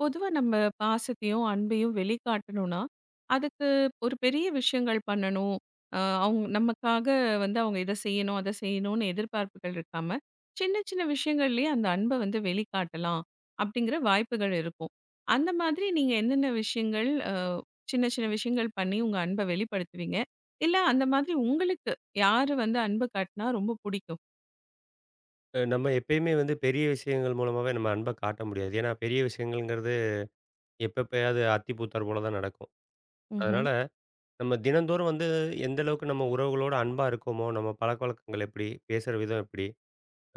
பொதுவா நம்ம பாசத்தையும், அன்பையும் வெளிக்காட்டணும்னா, அதுக்கு ஒரு பெரிய விஷயங்கள் பண்ணணும். அ அவுங் நமக்காக வந்து அவுங்க இத செய்யணும், அத செய்யணும்னு எதிர்பார்ப்புகள் இருக்காம, சின்ன சின்ன விஷயங்கள்லயே அந்த அன்ப வந்து வெளிக்காட்டலாம், அப்டிங்கிற வாய்ப்புகள் இருக்கும். அந்த மாதிரி நீங்க என்னென்ன விஷயங்கள் சின்ன சின்ன விஷயங்கள் பண்ணி உங்க அன்ப வெளிப்படுத்துவீங்க? இல்ல அந்த மாதிரி உங்களுக்கு யாரு வந்து அன்பு காட்டுனா ரொம்ப புடிக்கும்? நம்ம எப்பயுமே வந்து பெரிய விஷயங்கள் மூலமாவே நம்ம அன்ப காட்ட முடியாது. ஏன்னா பெரிய விஷயங்கள்ங்கிறது எப்பப்பயாவது அத்தி பூத்தார் போல தான் நடக்கும். ம்ஹ்ம். அதனால நம்ம தினந்தோறும் வந்து எந்த அளவுக்கு நம்ம உறவுகளோட அன்பா இருக்கோமோ, நம்ம பழக்கவழக்கங்கள் எப்படி? பேசுற விதம் எப்படி?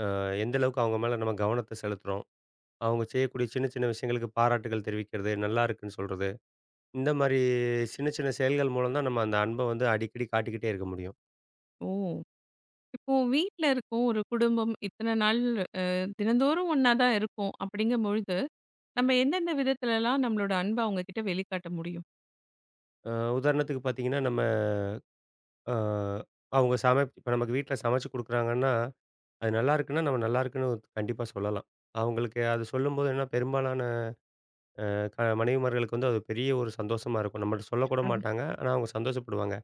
எந்த அளவுக்கு அவங்க மேல நம்ம கவனத்த செலுத்துறோம்? அவங்க செய்யக்கூடிய சின்ன சின்ன விஷயங்களுக்கு பாராட்டுகள் தெரிவிக்கிறது, நல்லா இருக்குன்னு சொல்றது. இந்த மாரி சின்ன சின்ன செயல்கள் மூலம் தான் நம்ம அந்த அன்ப வந்து அடிக்கடி காட்டிக்கிட்டே இருக்க முடியும். ஓ! இப்போ வீட்ல இருக்கோம். ஒரு குடும்பம். இத்தன நாள் அ தினந்தோறும் ஒண்ணா தான் இருக்கோம். அப்படிங்கும்பொழுது, நம்ம எந்தெந்த விதத்துலலாம் நம்மளோட அன்ப அவங்க கிட்ட வெளிக்காட்ட முடியும்? அ உதாரணத்துக்கு பார்த்தீங்கன்னா, நம்ம அ அவங்க இப்ப நமக்கு வீட்ல சமைச்சு குடுக்குறாங்கன்னா அது நல்லாருக்குன்னா, நம்ம நல்லாருக்குன்னு கண்டிப்பா சொல்லலாம். அவங்களுக்கு அது சொல்லும்போது என்ன பெரும்பாலான மனைவிமார்களுக்கு வந்து அது பெரிய ஒரு சந்தோஷமா இருக்கும். நம்மள்ட்ட சொல்லக்கூட ம்ஹ்ம். மாட்டாங்க. ஆனா அவங்க சந்தோஷப்படுவாங்க.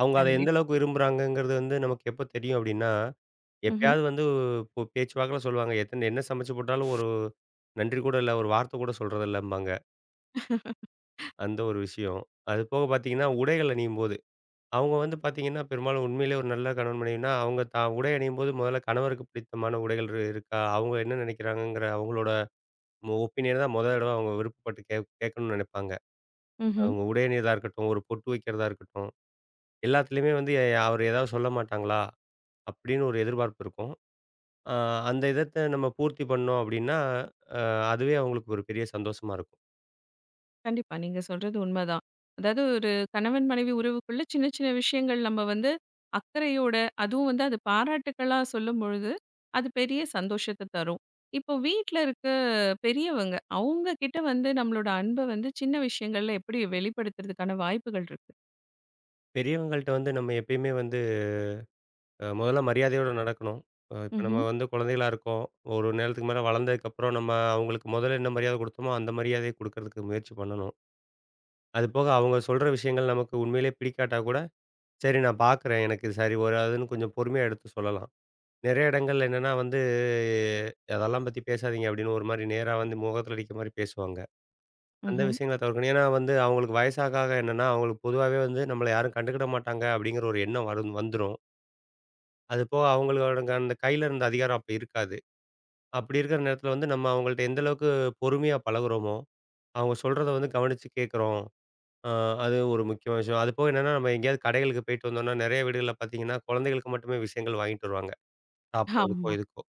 அவங்க அத எந்த கண்டிப்பா. அளவுக்கு விரும்புறாங்கங்கிறது வந்து நமக்கு எப்ப தெரியும் அப்டின்னா, ம்ஹ்ம். எப்பயாவது வந்து இப்போ பேச்சுவாக்குல சொல்லுவாங்க. எத்தன என்ன சமைச்சு போட்டாலும் ஒரு நன்றி கூட இல்ல, ஒரு வார்த்த கூட சொல்றதில்லம்பாங்க. அந்த ஒரு விஷயம். அது போக பார்த்தீங்கன்னா, உடைகள் அணியும்போது. அவங்க வந்து பார்த்தீங்கன்னா, பெரும்பாலும் உண்மையிலேயே ஒரு நல்ல கணவன் மனைவினா, அவங்க தான் உடை அணியும்போது முதல்ல கணவருக்கு பிடித்தமான உடைகள் இருக்கா? அவங்க என்ன நெனைக்கிறாங்கங்கிற அவங்களோட ஒப்பீனியன தான் மொத தடவ அவங்க விருப்பப்பட்டு கேட்கணும்னு நினைப்பாங்க. ம்ஹ்ம். அவங்க உடையணியிறதா இருக்கட்டும், ஒரு பொட்டு வைக்கிறதா இருக்கட்டும், எல்லாத்துலயுமே வந்து அவர் ஏதாவது சொல்ல மாட்டாங்களா? அப்படின்னு ஒரு எதிர்பார்ப்பு இருக்கும். அ அந்த இதத்த நம்ம பூர்த்தி பண்ணோம் அப்படின்னா, அ அதுவே அவங்களுக்கு ஒரு பெரிய சந்தோஷமா இருக்கும். கண்டிப்பா. நீங்க சொல்றது உண்மதான். அதாவது ஒரு கணவன், மனைவி உறவுக்குள்ள சின்ன சின்ன விஷயங்கள் நம்ம வந்து அக்கறையோட, அதுவும் வந்து அது பாராட்டுக்களா சொல்லும்பொழுது, அது பெரிய சந்தோஷத்த தரும். இப்போ வீட்ல இருக்க பெரியவங்க, அவங்க கிட்ட வந்து நம்மளோட அன்ப வந்து சின்ன விஷயங்கள்ல எப்படி வெளிப்படுத்துறதுக்கான வாய்ப்புகள் இருக்கு? பெரியவங்கள்ட்ட வந்து நம்ம எப்பயுமே வந்து முதல்ல மரியாதையோட நடக்கணும். இப்ப நம்ம ம்ஹ்ம். வந்து குழந்தைகளா இருக்கோம். ஒரு நேரத்துக்கு மேல வளர்ந்ததுக்கப்புறம் நம்ம அவங்களுக்கு முதல்ல என்ன மரியாதை குடுத்தோமோ, அந்த மரியாதைய குடுக்கறதுக்கு முயற்சி பண்ணணும். அது போக அவங்க சொல்ற விஷயங்கள் நமக்கு உண்மையிலேயே பிடிக்காட்டா கூட சரி நான் பார்க்குறேன். எனக்கு இது சரி வராதுன்னு கொஞ்சம் பொறுமையா எடுத்து சொல்லலாம். நெறைய இடங்கள்ல என்னன்னா வந்து, "அதெல்லாம் பத்தி பேசாதீங்க" அப்படின்னு ஒரு மாரி நேரா வந்து முகத்துல அடிக்கிற மாரி பேசுவாங்க. அந்த ம்ஹ்ம். விஷயங்கள தவிர்க்கணும். ஏன்னா வந்து அவங்களுக்கு வயசாக ஆக என்னன்னா, அவங்களுக்கு பொதுவாவே வந்து நம்மள யாரும் கண்டுக்கிட மாட்டாங்க அப்படிங்கிற ஒரு எண்ணம் வரும் வந்துரும். அது போக அவங்களோட அந்த கையில இருந்த அதிகாரம் அப்ப இருக்காது. அப்படி இருக்கிற நேரத்துல வந்து நம்ம அவங்கள்ட்ட எந்த அளவுக்கு பொறுமையா பழகுறோமோ, அவங்க சொல்றத வந்து கவனிச்சு கேட்குறோம். ஆ, அது ஒரு முக்கியமான விஷயம். அதுபோக என்னன்னா, நம்ம எங்கேயாவது கடைகளுக்கு போயிட்டு வந்தோம்னா, நெறைய வீடுகள்ல பார்த்தீங்கன்னா, குழந்தைகளுக்கு மட்டுமே விஷயங்கள் வாங்கிட்டு வருவாங்க. சாப்பிடுறதுக்கோ, ஆமா, இதுக்கோ.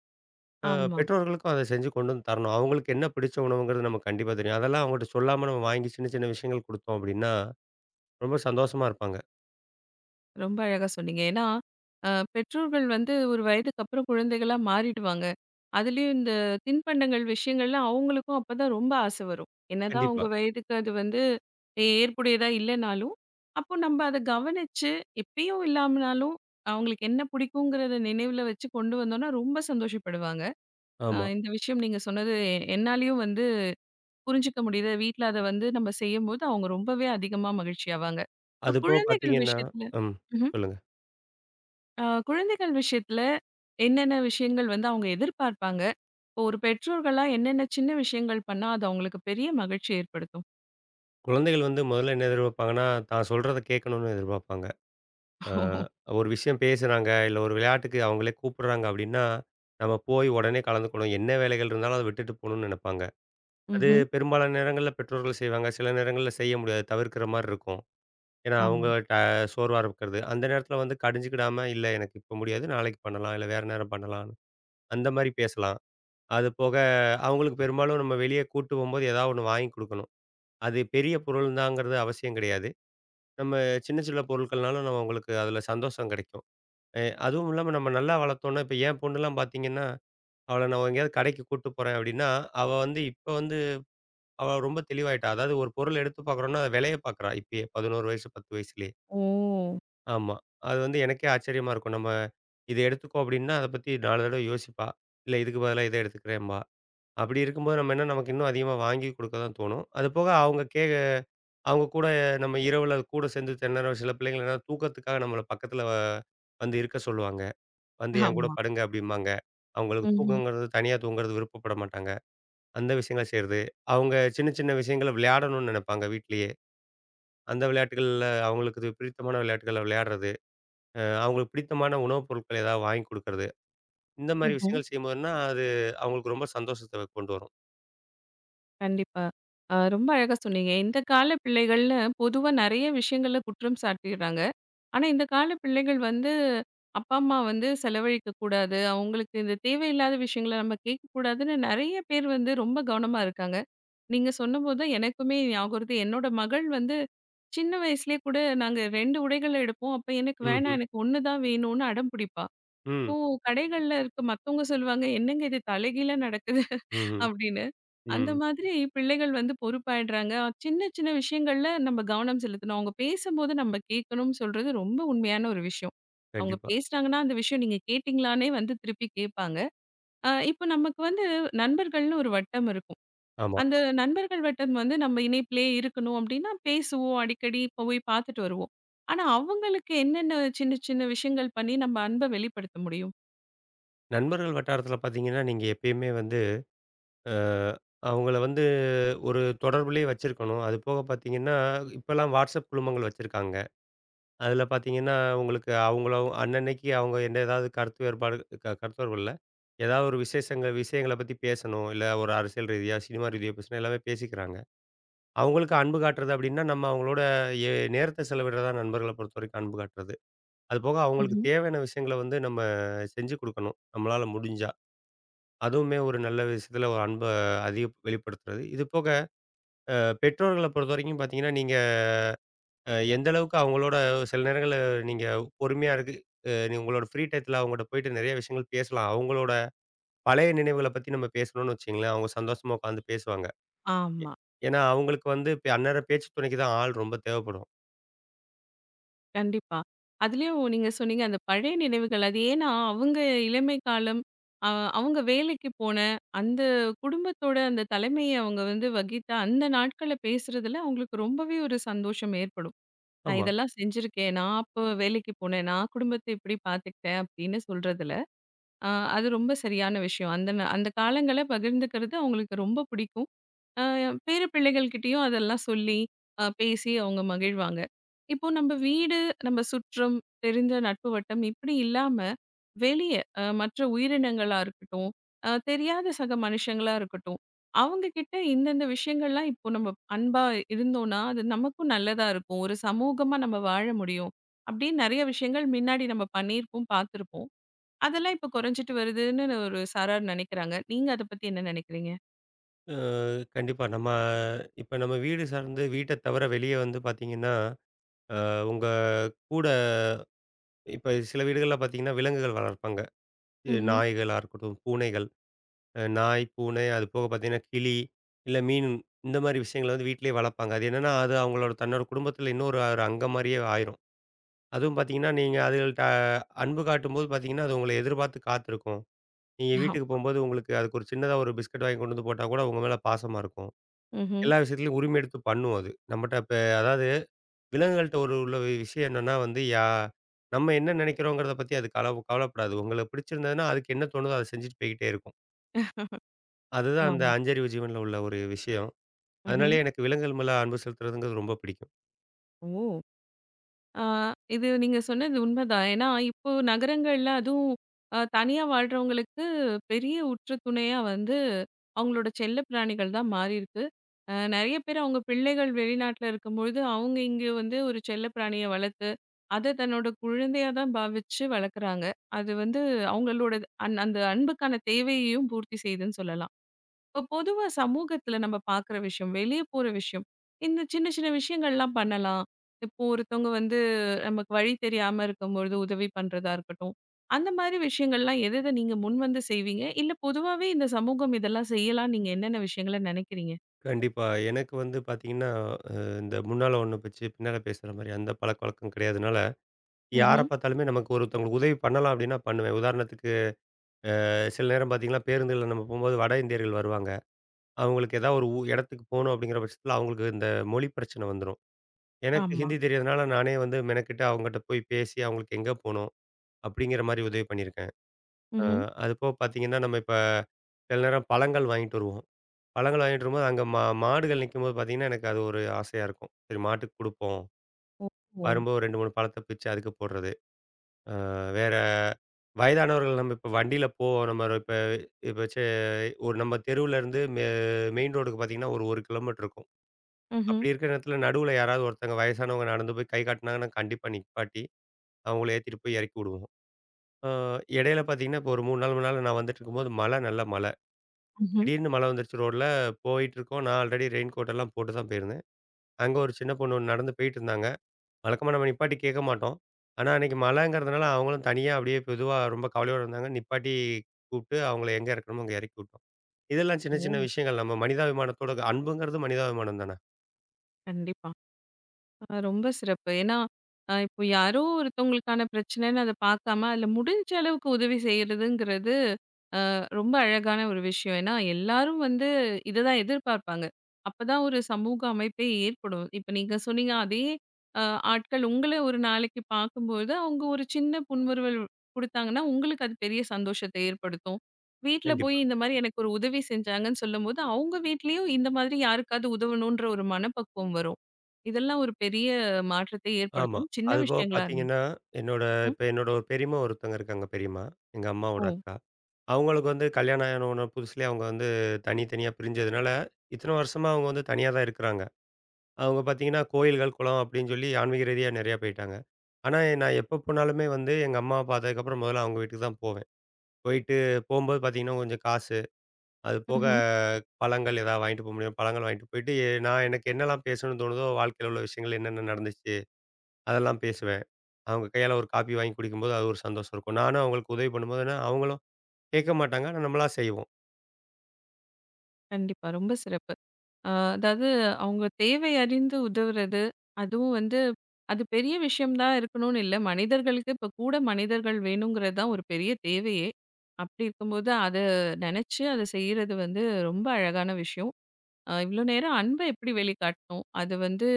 அ ஆமா. பெற்றோர்களுக்கும் அத செஞ்சு கொண்டு வந்து தரணும். அவங்களுக்கு என்ன பிடிச்ச உணவுங்கிறது நமக்கு கண்டிப்பா தெரியும். அதெல்லாம் அவங்கட்ட சொல்லாம நம்ம வாங்கி சின்ன, சின்ன விஷயங்கள் குடுத்தோம் அப்டின்னா, ரொம்ப சந்தோஷமா இருப்பாங்க. ரொம்ப அழகா சொன்னீங்க. ஏன்னா, அ பெற்றோர்கள் வந்து ஒரு வயதுக்கு அப்புறம் குழந்தைகளா மாறிடுவாங்க. அதுலயும் இந்த தின்பண்டங்கள் விஷயங்கள்லாம் அவங்களுக்கும் அப்பதான் ரொம்ப ஆசை வரும். என்னதான் கண்டிப்பா. அவங்க வயதுக்கு அது வந்து ஏற்புடையதா இல்லனாலும், அப்போ நம்ம அத கவனிச்சு, எப்பயும் இல்லாமனாலும் அவங்களுக்கு என்ன பிடிக்குங்கிறத நினைவுல வச்சு கொண்டு வந்தோம்னா, ரொம்ப சந்தோஷப்படுவாங்க. ஆமா. இந்த விஷயம் நீங்க சொன்னது என்னாலயும் வந்து புரிஞ்சுக்க முடியுது. வீட்ல அத வந்து நம்ம செய்யும்போது, அவங்க ரொம்பவே அதிகமா மகிழ்ச்சியாவாங்க. இப்ப அதுபோக குழந்தைகள் பார்த்தீங்கன்னா விஷயத்துல ம். ம்ஹ்ம். சொல்லுங்க. அ குழந்தைகள் விஷயத்துல என்னென்ன விஷயங்கள் வந்து அவங்க எதிர்பார்ப்பாங்க? இப்போ ஒரு பெற்றோர்களா என்னென்ன சின்ன விஷயங்கள் பண்ணா, அது அவங்களுக்கு பெரிய மகிழ்ச்சி ஏற்படுத்தும்? குழந்தைகள் வந்து முதல்ல என்ன எதிர்பார்ப்பாங்கன்னா, தான் சொல்றத கேட்கணும்னு எதிர்பார்ப்பாங்க. அ ஒரு விஷயம் பேசுறாங்க, இல்ல ஒரு விளையாட்டுக்கு அவங்களே கூப்பிடுறாங்க அப்டின்னா, நம்ம போய் உடனே கலந்துக்கணும். என்ன வேலைகள் இருந்தாலும் அத விட்டுட்டு போணும்னு நெனப்பாங்க. அது ம்ஹ்ம். பெரும்பாலான நேரங்கள்ல பெற்றோர்கள் செய்வாங்க. சில நேரங்கள்ல செய்ய முடியாது. தவிர்க்கிற மாரி இருக்கும். ஏன்னா, ஆமா. அவங்க சோர்வா இருக்கிறது. அந்த நேரத்துல வந்து கடிஞ்சுக்கிடாம, "இல்ல எனக்கு இப்ப முடியாது. நாளைக்கு பண்ணலாம். இல்ல வேற நேரம் பண்ணலாம்." அந்த மாரி பேசலாம். அது போக அவங்களுக்கு பெரும்பாலும் நம்ம வெளிய கூட்டு போம்போது ஏதாவது ஒண்ணு வாங்கி குடுக்கணும். அது பெரிய பொருள் தாங்கிறது அவசியம் கிடையாது. நம்ம சின்ன சின்ன பொருட்கள்னாலும் நம்ம அவங்களுக்கு அதுல சந்தோஷம் கிடைக்கும். அதுவும் இல்லாம நம்ம நல்லா வளர்த்தோம்னா, இப்ப என் பொண்ணுலாம் பார்த்தீங்கன்னா, அவள நான் எங்கேயாவது கடைக்கு கூட்டு போறேன் அப்படின்னா, அவ வந்து இப்ப வந்து அவ ரொம்ப தெளிவாயிட்டா. அதாவது ஒரு பொருள் எடுத்து பார்க்குறோம்னா, அது விலைய பார்க்குறா இப்பயே 11 வயசு, 10 வயசுலயே. ஓ! ஆமா. அது வந்து எனக்கே ஆச்சரியமா இருக்கும். நம்ம இத எடுத்துக்கோ அப்படின்னா, அத பத்தி 4 தடவ யோசிப்பா. இல்ல இதுக்கு பதிலா இத எடுத்துக்கிறேன்பா. அப்படி இருக்கும்போது நம்ம என்ன நமக்கு இன்னும் அதிகமா வாங்கி குடுக்க தான் தோணும். அது போக அவங்க கூட நம்ம இரவுல கூட சேர்ந்து திணற சில பிள்ளைங்கள் என்னன்னா, தூக்கத்துக்காக நம்மள பக்கத்துல வந்து இருக்க சொல்லுவாங்க. வந்து என் கூட ஆமா. படுங்க அப்படிம்பாங்க. அவங்களுக்கு ம்ஹ்ம். தூக்கங்கிறது தனியா தூங்குறது விருப்பப்பட மாட்டாங்க. அந்த விஷயங்கள செய்றது. அவங்க சின்ன சின்ன விஷயங்கள விளையாடணும்னு நெனைப்பாங்க வீட்லயே. அந்த விளையாட்டுகள்ல அவங்களுக்கு இது பிடித்தமான விளையாட்டுகள விளையாடுறது. அவங்களுக்கு பிடித்தமான உணவுப் பொருட்கள் ஏதாவது வாங்கி குடுக்குறது. இந்த மாரி ம்ஹ்ம். விஷயங்கள் செய்யும்போதுன்னா, அது அவங்களுக்கு ரொம்ப சந்தோஷத்த கொண்டு வரும். கண்டிப்பா. ரொம்ப அழகா சொன்னீங்க. இந்த கால பிள்ளைகள்னு பொதுவா நெறைய விஷயங்கள்ல குற்றம் சாட்டிடுறாங்க. ஆனா, இந்த கால பிள்ளைகள் வந்து, அப்பா, அம்மா வந்து செலவழிக்கக்கூடாது. அவங்களுக்கு இந்த தேவையில்லாத விஷயங்கள நம்ம கேட்கக்கூடாதுன்னு நெறைய பேர் வந்து ரொம்ப கவனமா இருக்காங்க. நீங்க சொன்னபோது தான் எனக்குமே ஞாபகம் வருது. என்னோட மகள் வந்து சின்ன வயசுலயே கூட நாங்க 2 உடைகள் எடுப்போம். அப்ப எனக்கு வேணாம், ம்ஹ்ம். எனக்கு 1 தான் வேணும்னு அடம் பிடிப்பா. ம். ஓ! கடைகள்ல இருக்க மத்தவங்க சொல்லுவாங்க, "என்னங்க இது தலைகீழா நடக்குது" ம்ஹ்ம். அப்படின்னு. அந்த ம். மாதிரி பிள்ளைகள் வந்து பொறுப்பாயிடுறாங்க. சின்ன சின்ன விஷயங்கள்ல நம்ம கவனம் செலுத்தணும். அவங்க பேசும்போது நம்ம கேட்கணும்னு சொல்றது ரொம்ப உண்மையான ஒரு விஷயம். அவங்க கண்டிப்பா. பேசுனாங்கன்னா, அந்த விஷயம் நீங்க கேட்டீங்களான்னே வந்து திருப்பி கேட்பாங்க. இப்போ நமக்கு வந்து நண்பர்கள்னு ஒரு வட்டம் இருக்கும். ஆமா. அந்த நண்பர்கள் வட்டம் வந்து நம்ம இணைப்பிலே இருக்கணும் அப்படின்னா, பேசுவோம், அடிக்கடி போய் பார்த்துட்டு வருவோம். ஆனா, அவங்களுக்கு என்னென்ன சின்ன சின்ன விஷயங்கள் பண்ணி நம்ம அன்பை வெளிப்படுத்த நண்பர்கள் வட்டாரத்தில பார்த்தீங்கன்னா, நீங்க எப்பயுமே வந்து அ அவங்கள வந்து ஒரு தொடர்புலயே வச்சிருக்கணும். அது போக பார்த்தீங்கன்னா, இப்பலாம் WhatsApp குழுமங்கள் வச்சிருக்காங்க. அதில பார்த்தீங்கன்னா, உங்களுக்கு அவங்கள அன்னன்னைக்கு அவங்க என்ன ஏதாவது கருத்து வேறுபாடு கருத்து வேறுபாடு இல்ல. ஏதாவது ஒரு விசேஷங்கள் விஷயங்கள பத்தி பேசணும். இல்ல ஒரு அரசியல் ரீதியா, சினிமா ரீதியா பேசணும் எல்லாமே பேசிக்கிறாங்க. அவங்களுக்கு அன்பு காட்டுறது அப்டின்னா, நம்ம அவங்களோட நேரத்த செலவிடுறது தான் நண்பர்கள பொறுத்தவரைக்கும் அன்பு காட்டுறது. அதுபோக அவங்களுக்கு முடியும்? தேவையான விஷயங்கள வந்து நம்ம செஞ்சு குடுக்கணும். நம்மளால முடிஞ்சா. அதுவுமே ஒரு நல்ல விஷயத்துல ஒரு அன்ப அதிக வெளிப்படுத்துறது. இது போக பெற்றோர்கள பொறுத்தவரைக்கும் பார்த்தீங்கன்னா, நீங்க எந்த அளவுக்கு அவங்களோட சில நேரங்கள்ல நீங்க பொறுமையா இருக்கு நீ உங்களோட ஃப்ரீ டயத்துல அவங்கட்ட போயிட்டு நிறைய விஷயங்கள் பேசலாம். அவங்களோட பழைய நினைவுகள பத்தி நம்ம பேசணும்னு வச்சுக்கங்களேன், அவங்க சந்தோஷமா உட்காந்து பேசுவாங்க. எ ஆமா. ஏன்னா அவங்களுக்கு வந்து இப்ப அந்நேரம் பேச்சு துணைக்கு தான் ஆள் ரொம்ப தேவைப்படும். கண்டிப்பா. அதுலயும் நீங்க சொன்னீங்க அந்த பழைய நினைவுகள். அது ஏன்னா, அவங்க இளமை காலம், அ அவங்க வேலைக்கு போன, அந்த குடும்பத்தோட அந்த தலைமைய அவங்க வந்து வகித்த அந்த நாட்கள பேசுறதுல அவங்களுக்கு ரொம்பவே ஒரு சந்தோஷம் ஏற்படும். நான் ஆமா. இதெல்லாம் செஞ்சிருக்கேன். நான் அப்போ வேலைக்கு போனேன். நான் குடும்பத்த இப்படி பார்த்துக்கிட்டேன் அப்படின்னு சொல்றதுல, அ அது ரொம்ப சரியான விஷயம். அந்த காலங்கள பகிர்ந்துக்கிறது அவங்களுக்கு ரொம்ப பிடிக்கும். அ பேர பிள்ளைகள்கிட்டயும் அதெல்லாம் சொல்லி பேசி அவங்க மகிழ்வாங்க. இப்போ நம்ப வீடு, நம்ப சுற்றம், தெரிஞ்ச நட்பு வட்டம் இப்படி இல்லாம, வெளிய மற்ற உயிரினங்களா இருக்கட்டும், தெரியாத சக மனுஷங்களா இருக்கட்டும், அவங்க கிட்ட இந்தந்த விஷயங்கள்லாம் இப்போ நம்ம அன்பா இருந்தோம்னா, அது நமக்கும் நல்லதா இருக்கும். ஒரு சமூகமா நம்ம வாழ முடியும். அப்படின்னு நெறைய விஷயங்கள் மின்னாடி நம்ம பண்ணியிருப்போம், பார்த்துருப்போம். அதெல்லாம் இப்போ குறைஞ்சிட்டு வருதுன்னு ஒரு சாரார் நெனைக்கிறாங்க. நீங்க அத பத்தி என்ன நெனைக்கிறீங்க? அ கண்டிப்பா. நம்ம இப்ப வீடு சார்ந்து வீட்ட தவிர வெளிய வந்து பார்த்தீங்கன்னா, அ உங்க கூட இப்ப சில வீடுகள்ல பார்த்தீங்கன்னா, விலங்குகள் வளர்ப்பாங்க. ம்ஹ்ம். நாய்களா இருக்கட்டும், பூனைகள். நாய், பூனை அது போக பார்த்தீங்கன்னா, கிளி இல்ல மீன் இந்த மாரி விஷயங்கள வந்து வீட்டிலேயே வளர்ப்பாங்க. அது என்னன்னா, அது அவங்களோட தன்னோட குடும்பத்தில இன்னொரு ஒரு அங்கம் மாரியே ஆயிரும். அதுவும் பார்த்தீங்கன்னா, நீங்க அதுகள்ட்ட அன்பு காட்டும்போது பார்த்தீங்கன்னா, அது உங்கள எதிர்பார்த்து காத்திருக்கும். நீங்க யா. வீட்டுக்கு போம்போது உங்களுக்கு அதுக்கு ஒரு சின்னதா ஒரு பிஸ்கட் வாங்கி கொண்டு வந்து போட்டா கூட உங்க மேல பாசமா இருக்கும். ம்ஹ்ம். எல்லா விஷயத்துலயும் உரிமை எடுத்து பண்ணும் அது. நம்மட்ட இப்ப அதாவது விலங்குகள்ட்ட ஒரு உள்ள விஷயம் என்னன்னா வந்து, நம்ம என்ன நினைக்கிறோங்கிறத பத்தி அது கவலைப்படாது. உங்களுக்கு பிடிச்சிருந்ததுன்னா, அதுக்கு என்ன தோணுதோ அத செஞ்சுட்டு போய்க்கிட்டே இருக்கும். அதுதான் அந்த ஆமா. அஞ்சறிவு ஜீவன்ல உள்ள ஒரு விஷயம். ம்ஹ்ம். அதனாலேயே எனக்கு விலங்குகள் மேல அன்பு செலுத்துறதுங்கிறது ரொம்ப பிடிக்கும். ஓ! ஆ இது நீங்க சொன்னது உண்மைதான். ஏன்னா, இப்போ நகரங்கள்ல அதுவும் தனியா வாழ்றவங்களுக்கு பெரிய உற்ற துணையா வந்து அவங்களோட செல்ல பிராணிகள் தான் மாறியிருக்கு. நெறைய பேர் அவங்க பிள்ளைகள் வெளிநாட்ல இருக்கும்பொழுது, அவங்க இங்க வந்து ஒரு செல்ல பிராணிய வளர்த்து, அத தன்னோட குழந்தையா தான் பாவிச்சு வளர்க்குறாங்க. அது வந்து அவங்களோட அந்த அன்புக்கான தேவையையும் பூர்த்தி செய்யுதுன்னு சொல்லலாம். இப்போ பொதுவா சமூகத்துல நம்ம பார்க்குற விஷயம், வெளிய போற விஷயம், இந்த சின்ன சின்ன விஷயங்கள்லாம் பண்ணலாம். இப்போ ஒருத்தவங்க வந்து நமக்கு வழி தெரியாம இருக்கும்பொழுது உதவி பண்றதா இருக்கட்டும். அந்த மாதிரி விஷயங்கள்லாம் எத எத நீங்க முன்வந்து செய்வீங்க? இல்ல பொதுவாவே இந்த சமூகம் இதெல்லாம் செய்யலாம்னு நீங்க என்னென்ன விஷயங்கள நெனைக்கிறீங்க? கண்டிப்பா. எனக்கு வந்து பார்த்தீங்கன்னா, அ இந்த முன்னால ஒண்ணு வச்சு பின்னால பேசுற மாரி அந்த பழக்கவழக்கம் கிடையாதுனால, யார ம்ஹ்ம். பார்த்தாலுமே நமக்கு ஒருத்தவங்களுக்கு உதவி பண்ணலாம் அப்டின்னா பண்ணுவேன். உதாரணத்துக்கு சில நேரம் பார்த்தீங்கன்னா, பேருந்துகள்ல நம்ம போம்போது வட இந்தியர்கள் வருவாங்க. அவங்களுக்கு ஏதாவது ஒரு இடத்துக்கு போணும் அப்டிங்கிற பட்சத்தில அவங்களுக்கு இந்த மொழி பிரச்சனை வந்துரும். எனக்கு ஆமா. ஹிந்தி தெரியாதனால நானே வந்து மெனக்கெட்டு அவங்ககிட்ட போய் பேசி அவங்களுக்கு எங்க போணும், அப்டிங்கிற மாரி உதவி பண்ணியிருக்கேன். அ ம்ஹ்ம். அது போக பார்த்தீங்கன்னா, நம்ம இப்ப சில நேரம் பழங்கள் வாங்கிட்டு வருவோம். பழங்கள் வாங்கிட்டு வரும்போது, அங்க மாடுகள் நிக்கும்போது பார்த்தீங்கன்னா, எனக்கு அது ஒரு ஆசையா இருக்கும். சரி மாட்டுக்கு குடுப்போம். ஓ! வரும்போது 2, 3 பழத்த பிச்சு அதுக்கு போடுறது. அ வேற வயதானவர்கள் நம்ம இப்ப வண்டியில போவோம். நம்ம இப்ப இப்ப சே ஒரு நம்ம தெருவுலருந்து மெயின் ரோடுக்கு பார்த்தீங்கன்னா, ஒரு 1 கிலோமீட்டர் இருக்கும். ம்ஹ்ம். அப்படி இருக்கிற நேரத்தில நடுவுல யாராவது ஒருத்தங்க வயசானவங்க நடந்து போய் கை காட்டினாங்கன்னா, கண்டிப்பா நிப்பாட்டி, அவங்கள ஏத்திட்டு போய் இறக்கி விடுவோம். அ இடையில பார்த்தீங்கன்னா, இப்போ ஒரு 3 நாள், 4 நாள் நான் வந்துட்டுருக்கும்போது மழை நல்ல மழ. ம்ஹ்ம். திடீர்னு மழை வந்துருச்சு ரோட்ல. போயிட்டுருக்கோம். நான் ஆல்ரெடி ரெயின் கோட் எல்லாம் போட்டு தான் போயிருந்தேன். அங்க ஒரு சின்ன பொண்ணு ஒண்ணு நடந்து போயிட்டுருந்தாங்க. வழக்கமா நம்ம நிப்பாட்டி கேட்க மாட்டோம். ஆனா, அன்னைக்கு மழைங்கிறதுனால அவங்களும் தனியா அப்படியே பொதுவா ரொம்ப கவலையோட இருந்தாங்க. நிப்பாட்டி கூப்பிட்டு அவங்கள எங்க இறக்கணுமோ அங்க இறக்கி விட்டோம். இதெல்லாம் சின்ன சின்ன ஓ! விஷயங்கள். நம்ம மனிதாபிமானத்தோட அன்புங்கிறது மனிதாபிமானம் தானே! கண்டிப்பா. ரொம்ப சிறப்பு. ஏன்னா, இப்போ யாரோ ஒருத்தவங்களுக்கான பிரச்சனைன்னு அத பார்க்காம, அதுல முடிஞ்ச அளவுக்கு உதவி செய்றதுங்கிறது ரொம்ப அழகான ஒரு விஷயம். ஏன்னா, எல்லாரும் வந்து இததான் எதிர்பார்ப்பாங்க. அப்பதான் ஒரு சமூக அமைப்பே ஏற்படும். இப்ப நீங்க சொன்னீங்க, அதே அ ஆட்கள் உங்கள ஒரு நாளைக்கு பார்க்கும்போது, அவங்க ஒரு சின்ன புன்முறுவல் குடுத்தாங்கன்னா, உங்களுக்கு அது பெரிய சந்தோஷத்த ஏற்படுத்தும். வீட்ல போய் கண்டிப்பா. இந்த மாரி எனக்கு ஒரு உதவி செஞ்சாங்கன்னு சொல்லும்போது, அவங்க வீட்லயும் இந்த மாதிரி யாருக்காவது உதவணுன்ற ஒரு மனப்பக்குவம் வரும். இதெல்லாம் ஒரு பெரிய மாற்றத்தை ஆமா. ஏற்படுத்தும். சின்ன அதுபோக விஷயங்களா இருந்துக்கும். பார்த்தீங்கன்னா, என்னோட இப்ப என்னோட ஒரு பெரியம்மா ஒருத்தங்க இருக்காங்க பெரியம்மா. எங்க அம்மாவோட ஓ! அக்கா. அவங்களுக்கு வந்து கல்யாணம் ஆன புதுசுலயே அவங்க வந்து தனி தனியா பிரிஞ்சதுனால, இத்தன வருஷமா அவங்க வந்து தனியா தான் இருக்கிறாங்க. அவங்க பார்த்தீங்கன்னா, கோயில்கள், குளம் அப்படின்னு சொல்லி ஆன்மீக ரீதியா நெறையா போயிட்டாங்க. ஆனா, நான் எப்போ போனாலுமே வந்து எங்க அம்மாவ பார்த்ததுக்கப்புறம் முதல்ல அவங்க வீட்டுக்கு தான் போவேன். போயிட்டு போம்போது பார்த்தீங்கன்னா, கொஞ்சம் காசு, அது போக ம்ஹ்ம். பழங்கள் ஏதாவது வாங்கிட்டு போ முடியும். பழங்கள் வாங்கிட்டு போயிட்டு, நான் எனக்கு என்னலாம் பேசணும்னு தோணுதோ, வாழ்க்கையில உள்ள விஷயங்கள் என்னென்ன நடந்துச்சு, அதெல்லாம் பேசுவேன். அவங்க கையால ஒரு காப்பி வாங்கி குடிக்கும்போது, அது ஒரு சந்தோஷம் இருக்கும். நானும் அவங்களுக்கு உதவி பண்ணும்போதுன்னா, அவங்களும் கேட்க மாட்டாங்க. ஆனா, நம்மளா செய்வோம். கண்டிப்பா. ரொம்ப சிறப்பு. அதாவது அவங்க தேவை அறிந்து உதவுறது, அதுவும் வந்து அது பெரிய விஷயம் தான் இருக்கணும்னு இல்ல. மனிதர்களுக்கு இப்ப கூட மனிதர்கள் வேணுங்கிறது தான் ஒரு பெரிய தேவையே. அப்படி இருக்கும்போது அத நெனச்சு அத செய்றது வந்து ரொம்ப அழகான விஷயம். இவ்ளோ நேரம் அன்ப எப்படி வெளிக்காட்டணும்? அது வந்து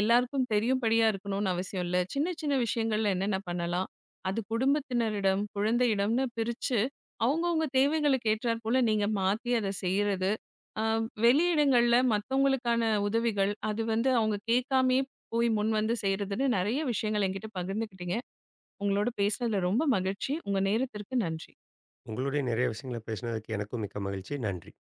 எல்லாருக்கும் தெரியும்படியா இருக்கணும்னு அவசியம் இல்ல. சின்ன சின்ன விஷயங்கள்ல என்னென்ன பண்ணலாம்? அது குடும்பத்தினரிடம், குழந்தையிடம்னு பிரிச்சு, அவங்கவங்க தேவைகளுக்கு ஏற்றாற் போல நீங்க மாத்தி அத செய்றது. அ வெளியிடங்கள்ல மத்தவங்களுக்கான உதவிகள், அது வந்து அவங்க கேட்காமயே போய் முன் வந்து செய்றதுன்னு நெறைய விஷயங்கள் என்கிட்ட பகிர்ந்துக்கிட்டீங்க. உங்களோட பேசுனதுல ரொம்ப மகிழ்ச்சி. உங்க நேரத்திற்கு நன்றி. உங்களுடைய நிறைய விஷயங்கள பேசினதுக்கு எனக்கும் மிக்க மகிழ்ச்சி. நன்றி.